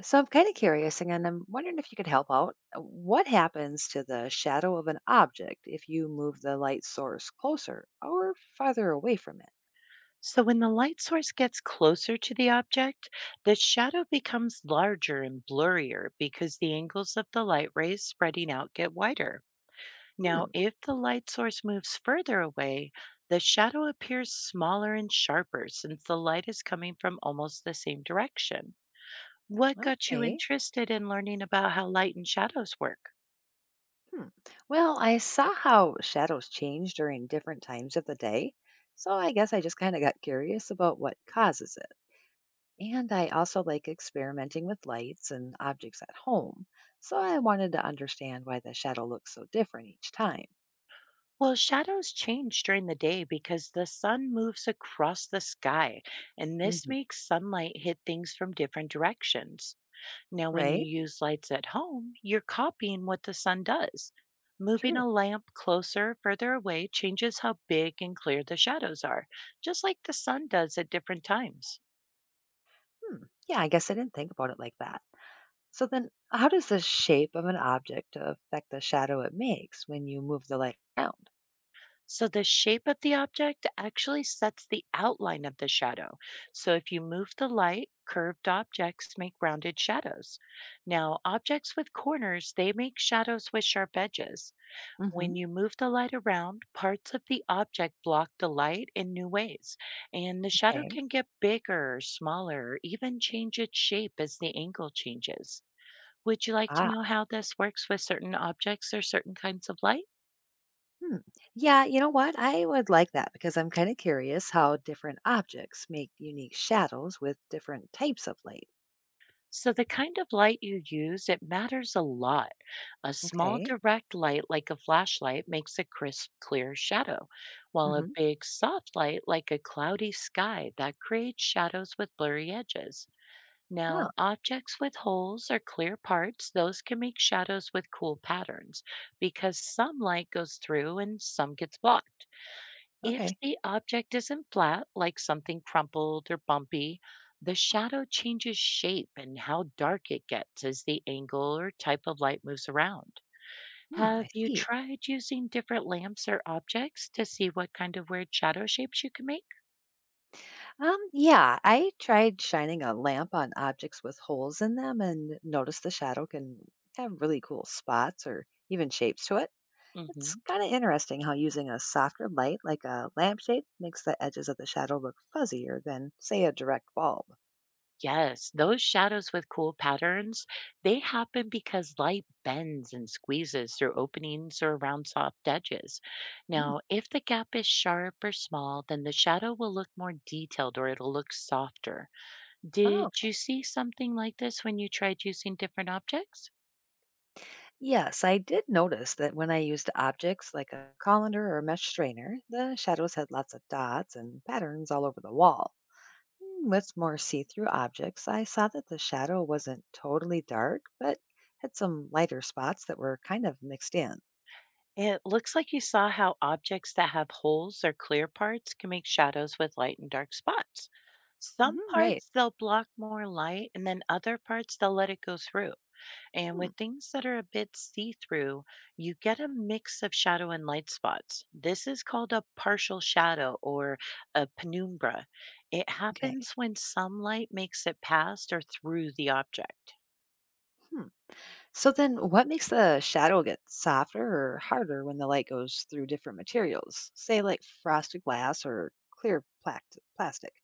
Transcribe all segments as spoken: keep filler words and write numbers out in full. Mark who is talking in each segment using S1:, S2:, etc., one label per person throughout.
S1: So I'm kind of curious, and I'm wondering if you could help out. Uh, What happens to the shadow of an object if you move the light source closer or farther away from it?
S2: So, when the light source gets closer to the object, the shadow becomes larger and blurrier because the angles of the light rays spreading out get wider.
S1: Hmm.
S2: Now, if the light source moves further away, the shadow appears smaller and sharper since the light is coming from almost the same direction. What got you
S1: Okay.
S2: interested in learning about how light and shadows work?
S1: Hmm. Well, I saw how shadows change during different times of the day, so I guess I just kind of got curious about what causes it. And I also like experimenting with lights and objects at home, so I wanted to understand why the shadow looks so different each time.
S2: Well, shadows change during the day because the sun moves across the sky, and this
S1: Hmm.
S2: makes sunlight hit things from different directions. Now, when you
S1: Right?
S2: use lights at home, you're copying what the sun does. Moving
S1: True.
S2: a lamp closer, or further away changes how big and clear the shadows are, just like the sun does at different times.
S1: Hmm. Yeah, I guess I didn't think about it like that. So then, how does the shape of an object affect the shadow it makes when you move the light around?
S2: So the shape of the object actually sets the outline of the shadow. So if you move the light, curved objects make rounded shadows. Now, objects with corners, they make shadows with sharp edges.
S1: Hmm.
S2: When you move the light around, parts of the object block the light in new ways, and the shadow
S1: Okay.
S2: can get bigger, smaller, or even change its shape as the angle changes. Would you like to know
S1: Ah,
S2: how this works with certain objects or certain kinds of light?
S1: hmm. Yeah, you know what? I would like that because I'm kind of curious how different objects make unique shadows with different types of light.
S2: So the kind of light you use, it matters a lot. A small
S1: Okay.
S2: direct light like a flashlight makes a crisp, clear shadow, while a
S1: Hmm.
S2: big soft light like a cloudy sky that creates shadows with blurry edges.
S1: Oh,
S2: Now, objects with holes or clear parts, those can make shadows with cool patterns because some light goes through and some gets blocked. If
S1: okay.
S2: the object isn't flat, like something crumpled or bumpy, the shadow changes shape and how dark it gets as the angle or type of light moves around.
S1: Hmm, I
S2: Have you
S1: see.
S2: tried using different lamps or objects to see what kind of weird shadow shapes you can make?
S1: Um, yeah, I tried shining a lamp on objects with holes in them and noticed the shadow can have really cool spots or even shapes to it. It's
S2: Hmm.
S1: kind of interesting how using a softer light like a lampshade makes the edges of the shadow look fuzzier than, say, a direct bulb.
S2: Yes, those shadows with cool patterns, they happen because light bends and squeezes through openings or around soft edges.
S1: Mm.
S2: Now, if the gap is sharp or small, then the shadow will look more detailed or it'll look softer.
S1: Oh,
S2: Did
S1: okay.
S2: you see something like this when you tried using different objects?
S1: Yes, I did notice that when I used objects like a colander or a mesh strainer, the shadows had lots of dots and patterns all over the wall. Mm, with more see through objects, I saw that the shadow wasn't totally dark, but had some lighter spots that were kind of mixed in.
S2: It looks like you saw how objects that have holes or clear parts can make shadows with light and dark spots. Some
S1: Hmm, right.
S2: parts they'll block more light, and then other parts they'll let it go through. And
S1: Hmm,
S2: with things that are a bit see through, you get a mix of shadow and light spots. This is called a partial shadow or a penumbra. It
S1: okay.
S2: happens when some light makes it past or through the object.
S1: So then what makes the shadow get softer or harder when the light goes through different materials? Say like frosted glass or clear plac- plastic.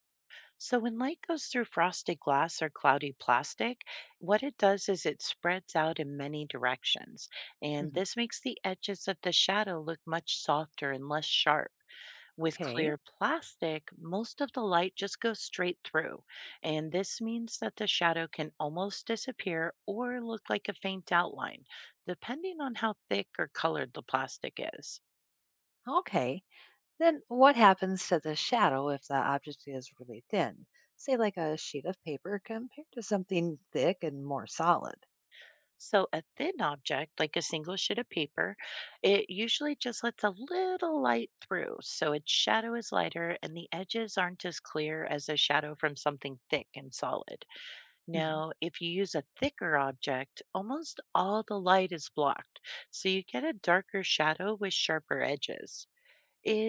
S2: So, when light goes through frosted glass or cloudy plastic, what it does is it spreads out in many directions. And
S1: Mhm.
S2: this makes the edges of the shadow look much softer and less sharp. With clear
S1: Okay.
S2: plastic, most of the light just goes straight through, and this means that the shadow can almost disappear or look like a faint outline, depending on how thick or colored the plastic is.
S1: Okay. Then what happens to the shadow if the object is really thin? Say like a sheet of paper compared to something thick and more solid.
S2: So, a thin object, like a single sheet of paper, it usually just lets a little light through, so its shadow is lighter and the edges aren't as clear as a shadow from something thick and solid.
S1: Mhm.
S2: Now, if you use a thicker object, almost all the light is blocked, so you get a darker shadow with sharper edges.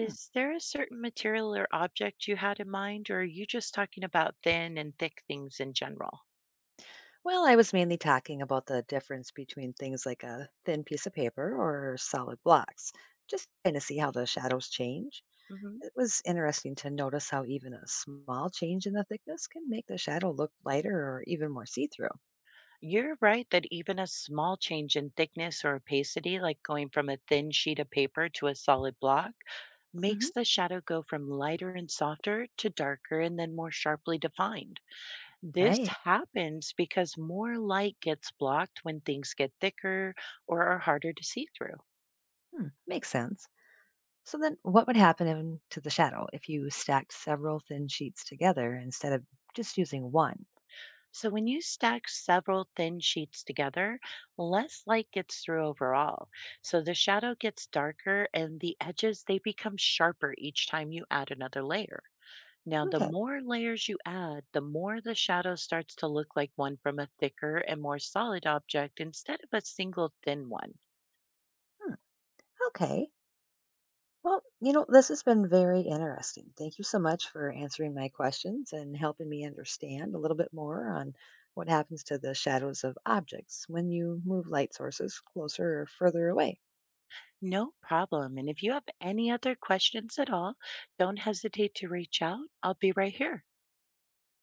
S1: Hmm.
S2: there a certain material or object you had in mind, or are you just talking about thin and thick things in general?
S1: Well, I was mainly talking about the difference between things like a thin piece of paper or solid blocks, just trying to see how the shadows change.
S2: Hmm.
S1: It was interesting to notice how even a small change in the thickness can make the shadow look lighter or even more see through.
S2: You're right that even a small change in thickness or opacity, like going from a thin sheet of paper to a solid block,
S1: Hmm.
S2: makes the shadow go from lighter and softer to darker and then more sharply defined. This
S1: Right.
S2: happens because more light gets blocked when things get thicker or are harder to see through.
S1: Hmm. Makes sense. So then, what would happen in- to the shadow if you stacked several thin sheets together instead of just using one?
S2: So, when you stack several thin sheets together, less light gets through overall. So, the shadow gets darker and the edges they become sharper each time you add another layer. Now, the
S1: Okay.
S2: more layers you add, the more the shadow starts to look like one from a thicker and more solid object instead of a single thin one.
S1: Hmm. Okay. Well, you know, this has been very interesting. Thank you so much for answering my questions and helping me understand a little bit more on what happens to the shadows of objects when you move light sources closer or further away.
S2: No problem. And if you have any other questions at all, don't hesitate to reach out. I'll be right here.